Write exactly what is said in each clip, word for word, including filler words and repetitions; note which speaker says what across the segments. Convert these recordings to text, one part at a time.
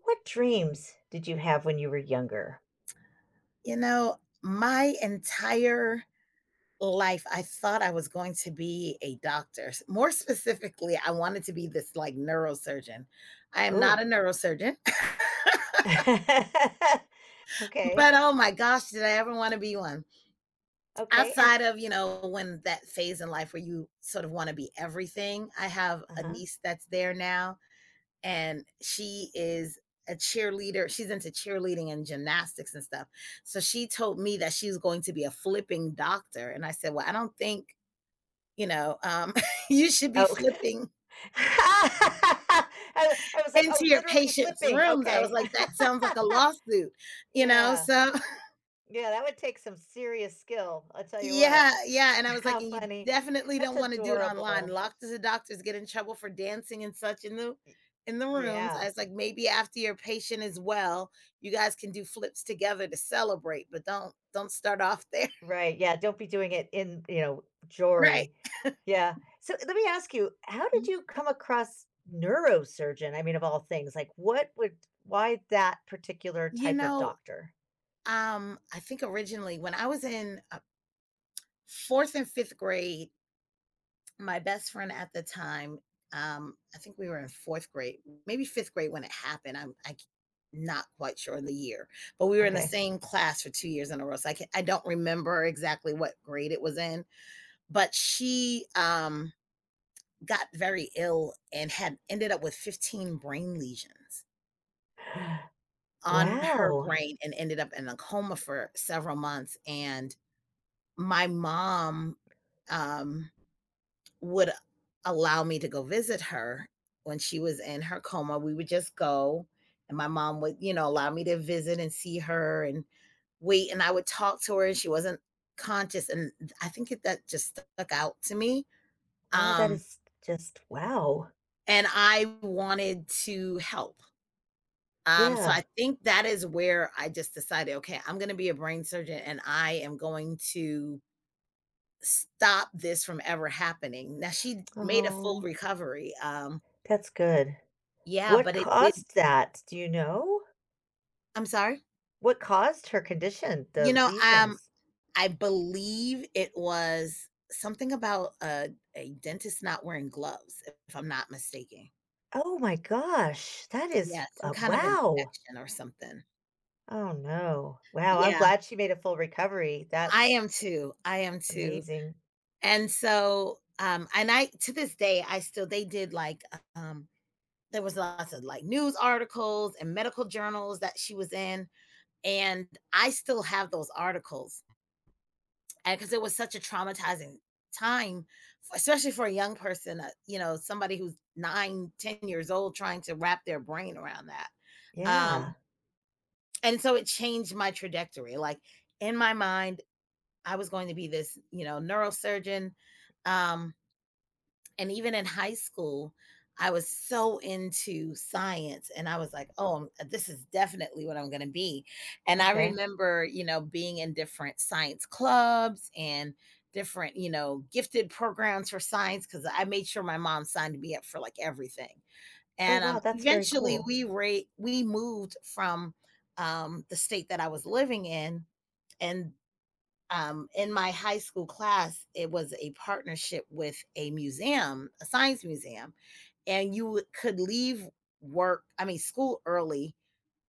Speaker 1: What dreams did you have when you were younger?
Speaker 2: You know, my entire life, I thought I was going to be a doctor. S- More specifically, I wanted to be this like neurosurgeon. I am
Speaker 1: Oh.
Speaker 2: not a neurosurgeon,
Speaker 1: Okay,
Speaker 2: but oh my gosh, did I ever want to be one?
Speaker 1: okay, and
Speaker 2: Outside of, you know, when that phase in life where you sort of want to be everything, I have a
Speaker 1: Uh-huh.
Speaker 2: niece that's there now, and she is a cheerleader. She's into cheerleading and gymnastics and stuff. So she told me that she was going to be a flipping doctor. And I said, "Well, I don't think, you know, um, you should be
Speaker 1: Oh.
Speaker 2: flipping
Speaker 1: I I was like, "Oh,
Speaker 2: into your
Speaker 1: literally
Speaker 2: patients'
Speaker 1: flipping."
Speaker 2: rooms." I was
Speaker 1: Okay.
Speaker 2: like, "That sounds like a lawsuit, you know?"
Speaker 1: Yeah.
Speaker 2: So,
Speaker 1: Yeah, that would take some serious skill, I'll tell you what.
Speaker 2: yeah, yeah, and I was like,
Speaker 1: How
Speaker 2: "And you
Speaker 1: funny.
Speaker 2: definitely
Speaker 1: That's
Speaker 2: don't wanna do it online.
Speaker 1: adorable.
Speaker 2: Lots of doctors get in trouble for dancing and such in the
Speaker 1: Y
Speaker 2: in the rooms." I
Speaker 1: Yeah.
Speaker 2: was like, "Maybe after your patient is well, you guys can do flips together to celebrate, but don't don't start off there."
Speaker 1: Right, yeah, don't be doing it in, you know,
Speaker 2: Right.
Speaker 1: joring. Yeah. So let me ask you, how did
Speaker 2: Y
Speaker 1: you come across neurosurgeon? I mean, of all things, like what would, why that particular
Speaker 2: you
Speaker 1: type of
Speaker 2: know,
Speaker 1: doctor?
Speaker 2: um, I think originally when I was in, uh, fourth and fifth grade, my best friend at the time, um, I think we were in fourth grade, maybe fifth grade when it happened. I'm I c- not quite sure the year, but we were in the
Speaker 1: Okay.
Speaker 2: same class for two years in a row. So I can, I don't remember exactly what grade it was in, but she um, got very ill and had ended up with fifteen brain lesions on her
Speaker 1: Wow.
Speaker 2: brain and ended up in a coma for several months. And my mom, um, would allow me to go visit her when she was in her coma. We would just go, and my mom would, you know, allow me to visit and see her and wait. And I would talk to her, and she wasn't conscious. And I think it, that just stuck out to me.
Speaker 1: Wow. That
Speaker 2: Um,
Speaker 1: is just wow.
Speaker 2: and I wanted to help. Um, so
Speaker 1: Yeah.
Speaker 2: I think that is where I just decided, "Okay, I'm going to be a brain surgeon, and I am going to stop this from ever happening." Now she made a full
Speaker 1: Oh,
Speaker 2: recovery. Um,
Speaker 1: that's good.
Speaker 2: Yeah,
Speaker 1: What
Speaker 2: but it did.
Speaker 1: caused that? Do you know?
Speaker 2: I'm sorry?
Speaker 1: What caused her condition, the
Speaker 2: You know, um,
Speaker 1: lesions?
Speaker 2: I believe it was something about a a dentist not wearing gloves, if I'm not mistaken.
Speaker 1: Oh my gosh. That is,
Speaker 2: Yeah, some
Speaker 1: uh,
Speaker 2: kind of
Speaker 1: wow.
Speaker 2: infection or something.
Speaker 1: Oh no. Wow. I'm
Speaker 2: Yeah,
Speaker 1: glad she made a full recovery.
Speaker 2: I
Speaker 1: That's
Speaker 2: am too, I am too,
Speaker 1: amazing.
Speaker 2: and so, um, and I, to this day, I still they did, like, um there was lots of, like, news articles and medical journals that she was in, and I still have those articles. And because it was such a traumatizing time, especially for a young person, uh, you know somebody who's nine ten years old, trying to wrap their brain around that.
Speaker 1: Yeah,
Speaker 2: um and so it changed my trajectory, like, in my mind, I was going to be this you know neurosurgeon. um and even in high school, I was so into science, and I was like, "Oh, I'm this is definitely what I'm gonna be." And I
Speaker 1: okay.
Speaker 2: remember, you know, being in different science clubs and different, you know, gifted programs for science, because I made sure my mom signed me up for, like, everything.
Speaker 1: Oh,
Speaker 2: And, um,
Speaker 1: wow, that's very
Speaker 2: eventually
Speaker 1: cool.
Speaker 2: we ra we moved from, um, the state that I was living in, and um, in my high school class, it was a partnership with a museum, a science museum, and you would- could leave work, I mean, school early.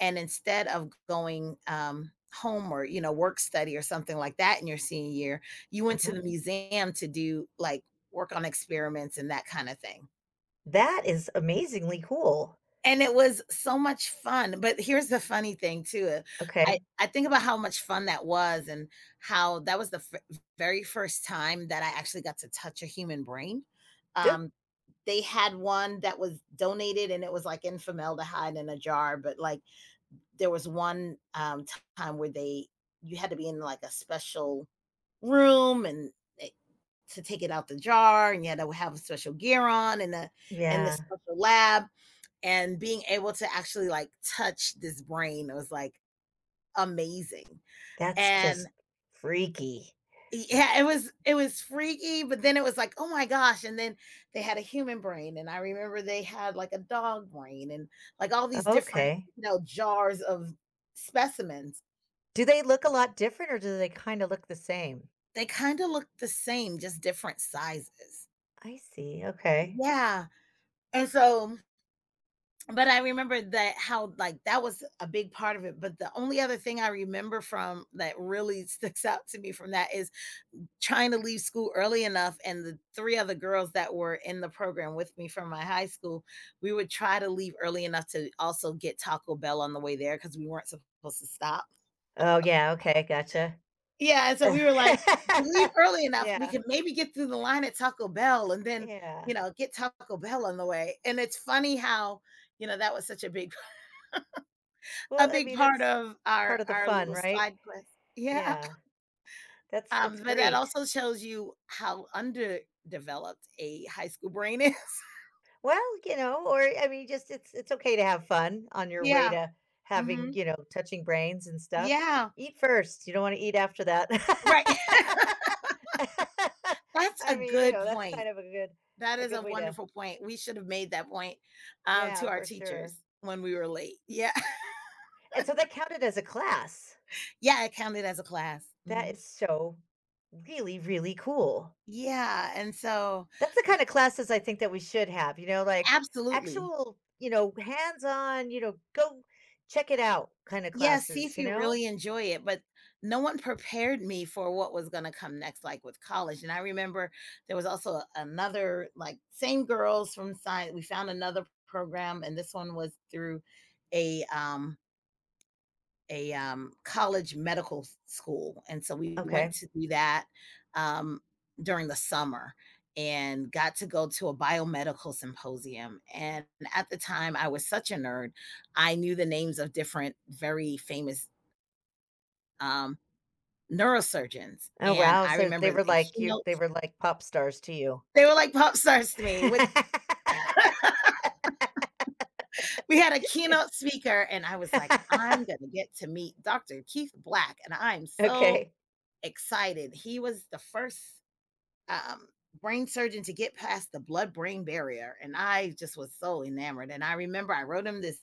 Speaker 2: And instead of going um, home or, you know, work study or something like that in your senior year, you went to
Speaker 1: Uh-huh.
Speaker 2: the museum to do like work on experiments and that kind of thing.
Speaker 1: That is amazingly cool.
Speaker 2: And it was so much fun, but here's the funny thing too. uh, I
Speaker 1: Okay.
Speaker 2: I think about how much fun that was and how that was the f very first time that I actually got to touch a human brain.
Speaker 1: Duh.
Speaker 2: Um, they had one that was donated, and it was, like, in formaldehyde in a jar, but, like, there was one, um, time where they you had to be in, like, a special room, and they to take it out the jar, and you had to have a special gear on, and a and the
Speaker 1: Yeah,
Speaker 2: special lab, and being able to actually like touch this brain was like amazing.
Speaker 1: that's
Speaker 2: And
Speaker 1: just freaky.
Speaker 2: yeah, it was it was freaky, but then it was like, "Oh my gosh." And then they had a human brain, and I remember they had like a dog brain, and like all these different,
Speaker 1: Okay.
Speaker 2: you know, jars of specimens.
Speaker 1: Do they look a lot different or do they kind of look the same?
Speaker 2: They kind of looked the same, just different sizes.
Speaker 1: I see. Okay.
Speaker 2: Yeah. And so but I remember that, how like that was a big part of it. But the only other thing I remember from that, really, sticks out to me from that is trying to leave school early enough. And the three other girls that were in the program with me from my high school, we would try to leave early enough to also get Taco Bell on the way there, because we weren't supposed to stop.
Speaker 1: Oh, yeah. Okay. Gotcha.
Speaker 2: Yeah. And so we were like, "We leave early enough, we
Speaker 1: Yeah.
Speaker 2: could maybe get through the line at Taco Bell, and then,
Speaker 1: Yeah.
Speaker 2: you know, get Taco Bell on the way." And it's funny how, you know, that was such a big
Speaker 1: Well,
Speaker 2: A
Speaker 1: I
Speaker 2: big
Speaker 1: mean,
Speaker 2: part
Speaker 1: that's
Speaker 2: of
Speaker 1: part
Speaker 2: our
Speaker 1: of the
Speaker 2: our
Speaker 1: fun,
Speaker 2: little
Speaker 1: right?
Speaker 2: side quest. Yeah,
Speaker 1: Yeah. That's
Speaker 2: um,
Speaker 1: that's
Speaker 2: but that
Speaker 1: great.
Speaker 2: also shows you how underdeveloped a high school brain is.
Speaker 1: Well, you know, or I mean, just it's it's okay to have fun on your way
Speaker 2: Yeah,
Speaker 1: to having,
Speaker 2: mhm.
Speaker 1: you know, touching brains and stuff.
Speaker 2: Yeah,
Speaker 1: Eat first. You don't want to eat after that.
Speaker 2: right. That's
Speaker 1: I
Speaker 2: a
Speaker 1: mean, you
Speaker 2: good
Speaker 1: know, that's
Speaker 2: point.
Speaker 1: kind of a good
Speaker 2: That
Speaker 1: a
Speaker 2: is
Speaker 1: good
Speaker 2: a
Speaker 1: way to
Speaker 2: wonderful point. We should have made that point, um,
Speaker 1: yeah,
Speaker 2: to our
Speaker 1: for sure.
Speaker 2: teachers when we were late. Yeah.
Speaker 1: And so that counted as a class.
Speaker 2: Yeah, it counted as a class.
Speaker 1: That
Speaker 2: Mhm.
Speaker 1: is so really, really cool.
Speaker 2: Yeah, and so,
Speaker 1: That's the kind of classes I think that we should have, you know, like
Speaker 2: absolutely.
Speaker 1: actual, you know, hands-on, you know, go check it out kind of
Speaker 2: Yeah, see
Speaker 1: classes,
Speaker 2: if
Speaker 1: you
Speaker 2: you
Speaker 1: know?
Speaker 2: really enjoy it, but no one prepared me for what was gonna come next, like, with college. And I remember there was also a- another, like, same girls from science, we found another program, and this one was through a, um a, um, college medical s school. And so we went
Speaker 1: Okay.
Speaker 2: to do that, um, during the summer, and got to go to a biomedical symposium. And at the time, I was such a nerd, I knew the names of different very famous um, neurosurgeons.
Speaker 1: Oh,
Speaker 2: And
Speaker 1: wow,
Speaker 2: I
Speaker 1: so
Speaker 2: remember
Speaker 1: they were
Speaker 2: a
Speaker 1: like you they
Speaker 2: keynote —
Speaker 1: were like pop stars to you.
Speaker 2: they were like pop stars to me — which, we had a keynote speaker, and I was like, "I'm gonna get to meet doctor Keith Black, and I'm so
Speaker 1: Okay.
Speaker 2: excited." He was the first um brain surgeon to get past the blood brain barrier. And I just was so enamored. And I remember I wrote him this —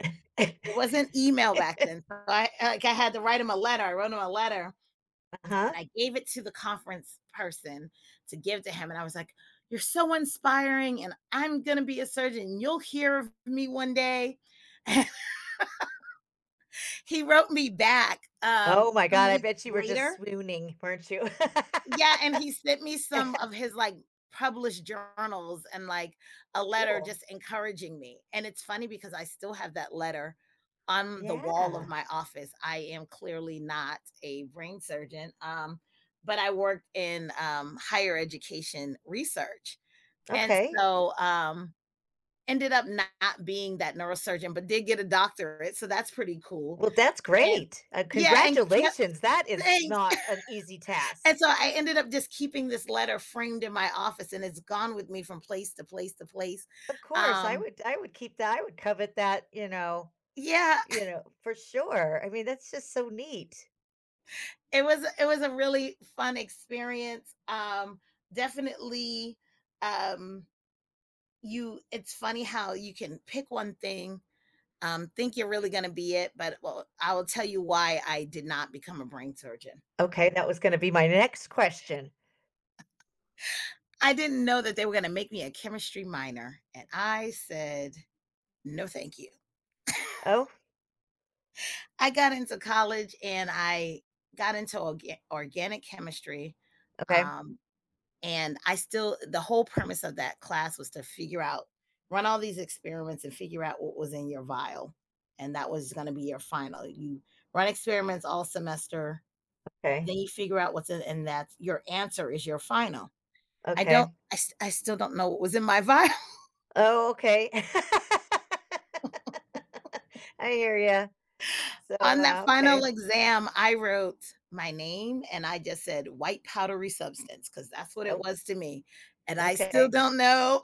Speaker 2: it wasn't email back then, so I like I had to write him a letter. I wrote him a letter, and
Speaker 1: Uh-huh.
Speaker 2: I gave it to the conference person to give to him. And I was like, "You're so inspiring, and I'm going to be a surgeon. You'll hear of me one day." He wrote me back, um,
Speaker 1: Oh my god,
Speaker 2: some
Speaker 1: I
Speaker 2: weeks
Speaker 1: bet you were just
Speaker 2: later.
Speaker 1: swooning, weren't you?
Speaker 2: Yeah, and he sent me some of his, like, published journals, and, like, a letter
Speaker 1: Cool.
Speaker 2: just encouraging me. And it's funny, because I still have that letter on the wall of
Speaker 1: Yeah.
Speaker 2: my office. I am clearly not a brain surgeon, um, but I worked in, um, higher education research, and
Speaker 1: Okay.
Speaker 2: so, um, ended up not being that neurosurgeon, but did get a doctorate, so that's pretty cool.
Speaker 1: Well, that's
Speaker 2: And
Speaker 1: great. Uh,
Speaker 2: yeah, and kept
Speaker 1: congratulations, that is
Speaker 2: saying,
Speaker 1: not an easy
Speaker 2: and
Speaker 1: task.
Speaker 2: so I ended up just keeping this letter framed in my office, and it's gone with me from place to place to place.
Speaker 1: Of course, I
Speaker 2: Um
Speaker 1: would I would keep that I would covet that, you know
Speaker 2: yeah,
Speaker 1: you know, for sure. I mean, that's just so neat.
Speaker 2: it was it was a really fun experience. Um definitely. um you It's funny how you can pick one thing, um think you're really going to be it. But, well, I will tell you why I did not become a brain surgeon.
Speaker 1: Okay, that was gonna be my next question.
Speaker 2: I didn't know that they were going to make me a chemistry minor, and I said no, thank you.
Speaker 1: Oh,
Speaker 2: I got into college, and I got into orga- organic chemistry.
Speaker 1: okay,
Speaker 2: Um, and I still, the whole premise of that class was to figure out, run all these experiments and figure out what was in your vial. And that was going to be your final. You run experiments all semester,
Speaker 1: okay,
Speaker 2: then you figure out what's in, and that's your answer, is your final. I don't,
Speaker 1: okay.
Speaker 2: I, st- I still don't know what was in my vial.
Speaker 1: Oh, okay. I hear ya. So,
Speaker 2: On that
Speaker 1: uh,
Speaker 2: final
Speaker 1: okay.
Speaker 2: exam, I wrote my name, and I just said white powdery substance, because that's what it
Speaker 1: Oh,
Speaker 2: was to me. And I still
Speaker 1: okay.
Speaker 2: don't know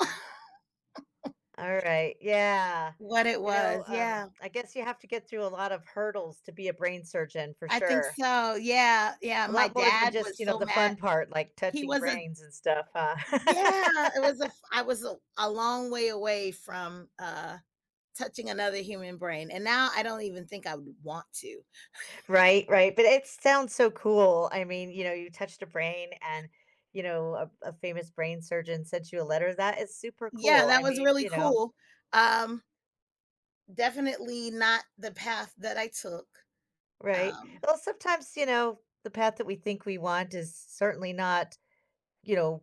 Speaker 1: All right. Yeah.
Speaker 2: what it
Speaker 1: You know,
Speaker 2: was.
Speaker 1: um,
Speaker 2: Yeah,
Speaker 1: I guess you have to get through a lot of hurdles to be a brain surgeon for
Speaker 2: I think
Speaker 1: sure.
Speaker 2: so. Yeah, yeah.
Speaker 1: A
Speaker 2: My
Speaker 1: lot more than
Speaker 2: dad
Speaker 1: just,
Speaker 2: was
Speaker 1: you know,
Speaker 2: so
Speaker 1: the fun
Speaker 2: mad.
Speaker 1: part, like
Speaker 2: He
Speaker 1: touching
Speaker 2: was a
Speaker 1: brains and stuff, huh?
Speaker 2: Yeah, it was a. I was a, a long way away from uh touching another human brain. And now I don't even think I would want to.
Speaker 1: Right, right, but it sounds so cool. I mean, you know, you touched a brain and, you know, a, a famous brain surgeon sent you a letter. That is super
Speaker 2: Yeah,
Speaker 1: cool. I
Speaker 2: that was
Speaker 1: mean,
Speaker 2: really
Speaker 1: you know,
Speaker 2: cool. Um Definitely not the path that I took.
Speaker 1: right.
Speaker 2: Um
Speaker 1: Well, sometimes, you know, the path that we think we want is certainly not, you know,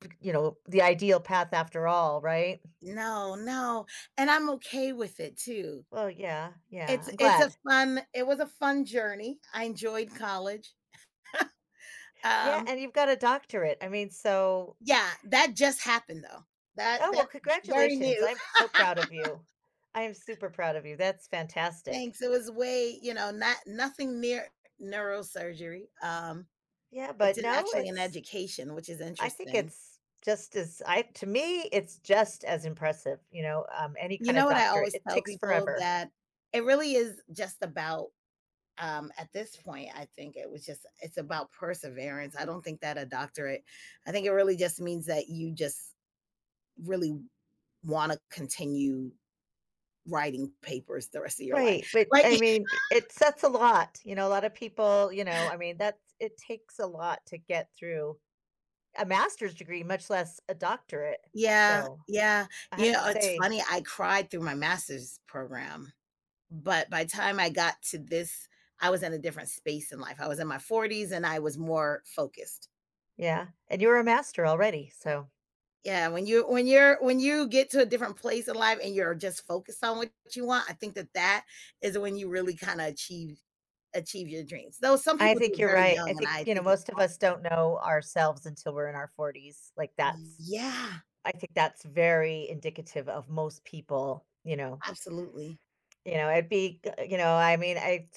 Speaker 1: b- you know, the ideal path after all, right?
Speaker 2: No, no, and I'm okay with it too.
Speaker 1: Well, yeah, yeah.
Speaker 2: It's
Speaker 1: I'm
Speaker 2: it's a
Speaker 1: glad.
Speaker 2: fun it was a fun journey. I enjoyed college.
Speaker 1: Yeah,
Speaker 2: Um,
Speaker 1: and you've got a doctorate. I mean, so
Speaker 2: yeah, that just happened though. That
Speaker 1: oh, well,
Speaker 2: that's very
Speaker 1: congratulations.
Speaker 2: new.
Speaker 1: I'm so proud of you. I am super proud of you. That's fantastic.
Speaker 2: Thanks. It was way, you know, not nothing near neurosurgery. Um,
Speaker 1: Yeah,
Speaker 2: it's
Speaker 1: but
Speaker 2: in
Speaker 1: no,
Speaker 2: actually an
Speaker 1: it's
Speaker 2: education, which is
Speaker 1: I think
Speaker 2: interesting.
Speaker 1: it's just as I to me, it's just as impressive, you know, um, any
Speaker 2: You
Speaker 1: kind
Speaker 2: know
Speaker 1: of
Speaker 2: what I
Speaker 1: doctorate.
Speaker 2: always
Speaker 1: It
Speaker 2: tell
Speaker 1: takes
Speaker 2: people,
Speaker 1: forever.
Speaker 2: that it really is just about, um, at this point, I think it was just it's about perseverance. I don't think that a doctorate, I think it really just means that you just really want to continue writing papers the rest of your life.
Speaker 1: Right, but
Speaker 2: Like,
Speaker 1: I mean, it sets a lot. You know, a lot of people, you know, I mean, that's it takes a lot to get through a master's degree, much less a doctorate.
Speaker 2: yeah,
Speaker 1: So
Speaker 2: yeah,
Speaker 1: I
Speaker 2: you
Speaker 1: have to
Speaker 2: know, it's
Speaker 1: say,
Speaker 2: funny. I cried through my master's program, but by the time I got to this, I was in a different space in life. I was in my forties, and I was more focused.
Speaker 1: yeah. And you're a master already. So
Speaker 2: Yeah, when you when you're when you get to a different place in life, and you're just focused on what you want, I think that that is when you really kinda achieve achieve your dreams. Though some
Speaker 1: I
Speaker 2: people do
Speaker 1: think
Speaker 2: it
Speaker 1: you're
Speaker 2: very
Speaker 1: right. I
Speaker 2: young, and
Speaker 1: think,
Speaker 2: I
Speaker 1: you know,
Speaker 2: think it's —
Speaker 1: most of us don't know ourselves until we're in our forties. Like that's
Speaker 2: yeah,
Speaker 1: I think that's very indicative of most people, you know.
Speaker 2: absolutely.
Speaker 1: You know, it'd be you know, I mean, I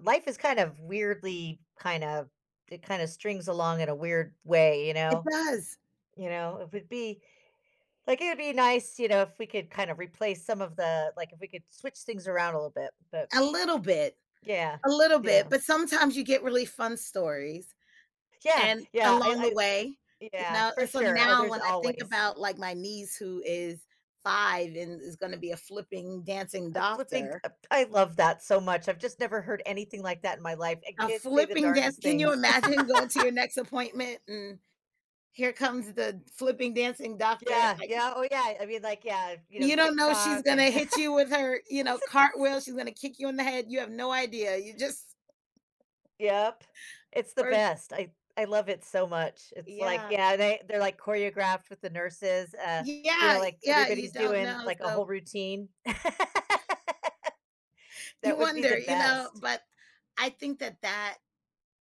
Speaker 1: life is kind of weirdly kind of it kinda strings along in a weird way, you
Speaker 2: It
Speaker 1: know?
Speaker 2: does,
Speaker 1: You know, it would be like, it would be nice, you know, if we could kind of replace some of the like, if we could switch things around a little bit, but
Speaker 2: a little bit,
Speaker 1: yeah,
Speaker 2: a little
Speaker 1: you
Speaker 2: bit,
Speaker 1: know.
Speaker 2: but sometimes you get really fun stories
Speaker 1: Yeah,
Speaker 2: and
Speaker 1: yeah,
Speaker 2: along the
Speaker 1: I
Speaker 2: way,
Speaker 1: I
Speaker 2: you
Speaker 1: yeah,
Speaker 2: know,
Speaker 1: for
Speaker 2: and so
Speaker 1: sure. Oh,
Speaker 2: now
Speaker 1: there's
Speaker 2: when I think
Speaker 1: always
Speaker 2: about, like, my niece who is five and is gonna be a flipping dancing
Speaker 1: a flipping
Speaker 2: doctor.
Speaker 1: I love that so much. I've just never heard anything like that in my life, and
Speaker 2: A
Speaker 1: kids say the
Speaker 2: flipping dance
Speaker 1: darndest
Speaker 2: Can you
Speaker 1: things.
Speaker 2: imagine going to your next appointment, and here comes the flipping dancing doctor,
Speaker 1: Yeah,
Speaker 2: like,
Speaker 1: yeah, oh yeah, I mean, like, yeah, you know,
Speaker 2: you don't know, she's
Speaker 1: TikTok
Speaker 2: gonna
Speaker 1: and
Speaker 2: hit you with her, you know, cartwheel, she's gonna kick you in the head, you have no idea, you just,
Speaker 1: Yep. It's the
Speaker 2: or
Speaker 1: best. I I love it so much. It's like,
Speaker 2: yeah.
Speaker 1: yeah, they they're like choreographed with the nurses, uh, you know,
Speaker 2: Yeah,
Speaker 1: like
Speaker 2: yeah, you
Speaker 1: everybody's
Speaker 2: don't
Speaker 1: doing
Speaker 2: know.
Speaker 1: like a whole
Speaker 2: So
Speaker 1: routine.
Speaker 2: you
Speaker 1: That would be the
Speaker 2: wonder, you know,
Speaker 1: best.
Speaker 2: but I think that that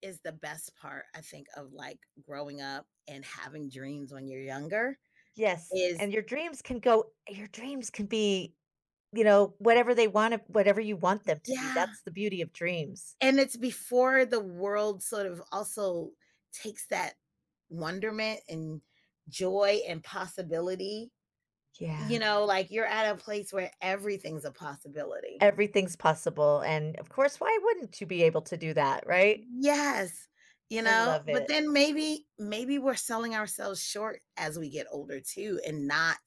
Speaker 2: is the best part, I think, of, like, growing up and having dreams when you're younger,
Speaker 1: Yes,
Speaker 2: is,
Speaker 1: and your dreams can go your dreams can be, you know, whatever they want to whatever you want them to be.
Speaker 2: yeah.
Speaker 1: That's the beauty of dreams.
Speaker 2: And it's before the world sort of also takes that wonderment and joy and possibility, you
Speaker 1: Yeah,
Speaker 2: know, like you're at a place where everything's a possibility.
Speaker 1: everything's possible, and of course, why wouldn't you be able to do that, right?
Speaker 2: Yes, you
Speaker 1: I
Speaker 2: know,
Speaker 1: love
Speaker 2: but
Speaker 1: it.
Speaker 2: then maybe maybe we're selling ourselves short as we get older too, and not,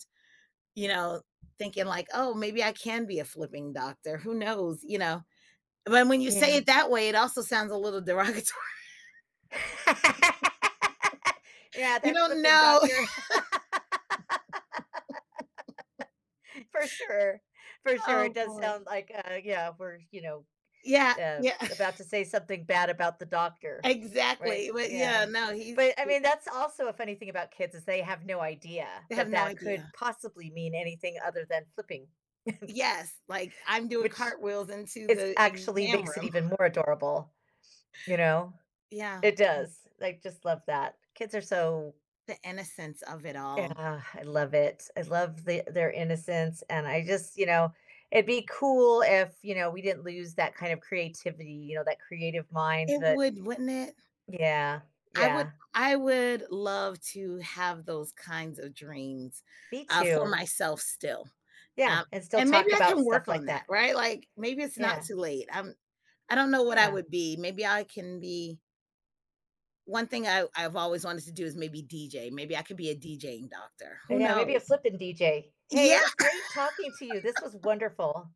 Speaker 2: you know, thinking like, "Oh, maybe I can be a flipping doctor. Who knows?" You know. But when you say
Speaker 1: Yeah.
Speaker 2: it that way, it also sounds a little derogatory.
Speaker 1: Yeah,
Speaker 2: You
Speaker 1: that
Speaker 2: don't
Speaker 1: flipping
Speaker 2: know.
Speaker 1: doctor. For sure, for sure, it
Speaker 2: Oh
Speaker 1: does sound
Speaker 2: boy.
Speaker 1: like, uh, yeah, we're, you know,
Speaker 2: Yeah,
Speaker 1: uh,
Speaker 2: yeah,
Speaker 1: about to say something bad about the doctor, right?
Speaker 2: exactly, but
Speaker 1: Yeah.
Speaker 2: yeah, no, he's
Speaker 1: But, I mean, that's also a funny thing about kids is they have no idea
Speaker 2: they have
Speaker 1: that
Speaker 2: no
Speaker 1: that could
Speaker 2: idea.
Speaker 1: possibly mean anything other than flipping,
Speaker 2: Yes, like, I'm doing
Speaker 1: which
Speaker 2: cartwheels into
Speaker 1: is
Speaker 2: the
Speaker 1: actually
Speaker 2: exam
Speaker 1: makes it
Speaker 2: room.
Speaker 1: even more adorable, you know?
Speaker 2: Yeah,
Speaker 1: It
Speaker 2: yeah,
Speaker 1: does. I just love that. Kids are so
Speaker 2: the innocence of it all.
Speaker 1: Yeah, I love it. I love the their innocence, and I just, you know, it'd be cool if, you know, we didn't lose that kind of creativity, you know, that creative mind
Speaker 2: It
Speaker 1: But
Speaker 2: would, wouldn't it?
Speaker 1: Yeah,
Speaker 2: I would
Speaker 1: yeah.
Speaker 2: I would love to have those kinds of dreams,
Speaker 1: Me
Speaker 2: uh, for
Speaker 1: too.
Speaker 2: myself still,
Speaker 1: Yeah,
Speaker 2: um,
Speaker 1: and still
Speaker 2: and
Speaker 1: talk
Speaker 2: maybe I
Speaker 1: about
Speaker 2: can work
Speaker 1: stuff like
Speaker 2: on that,
Speaker 1: that.
Speaker 2: right? Like, maybe it's not
Speaker 1: Yeah,
Speaker 2: too late. I'm I don't know what I
Speaker 1: yeah.
Speaker 2: would be. Maybe I can be. One thing I I've always wanted to do is maybe D J. Maybe I could be a DJing doctor. Who
Speaker 1: Yeah, maybe a
Speaker 2: knows?
Speaker 1: flippin' D J. Hey, it
Speaker 2: Yeah.
Speaker 1: was great talking to you. This was wonderful.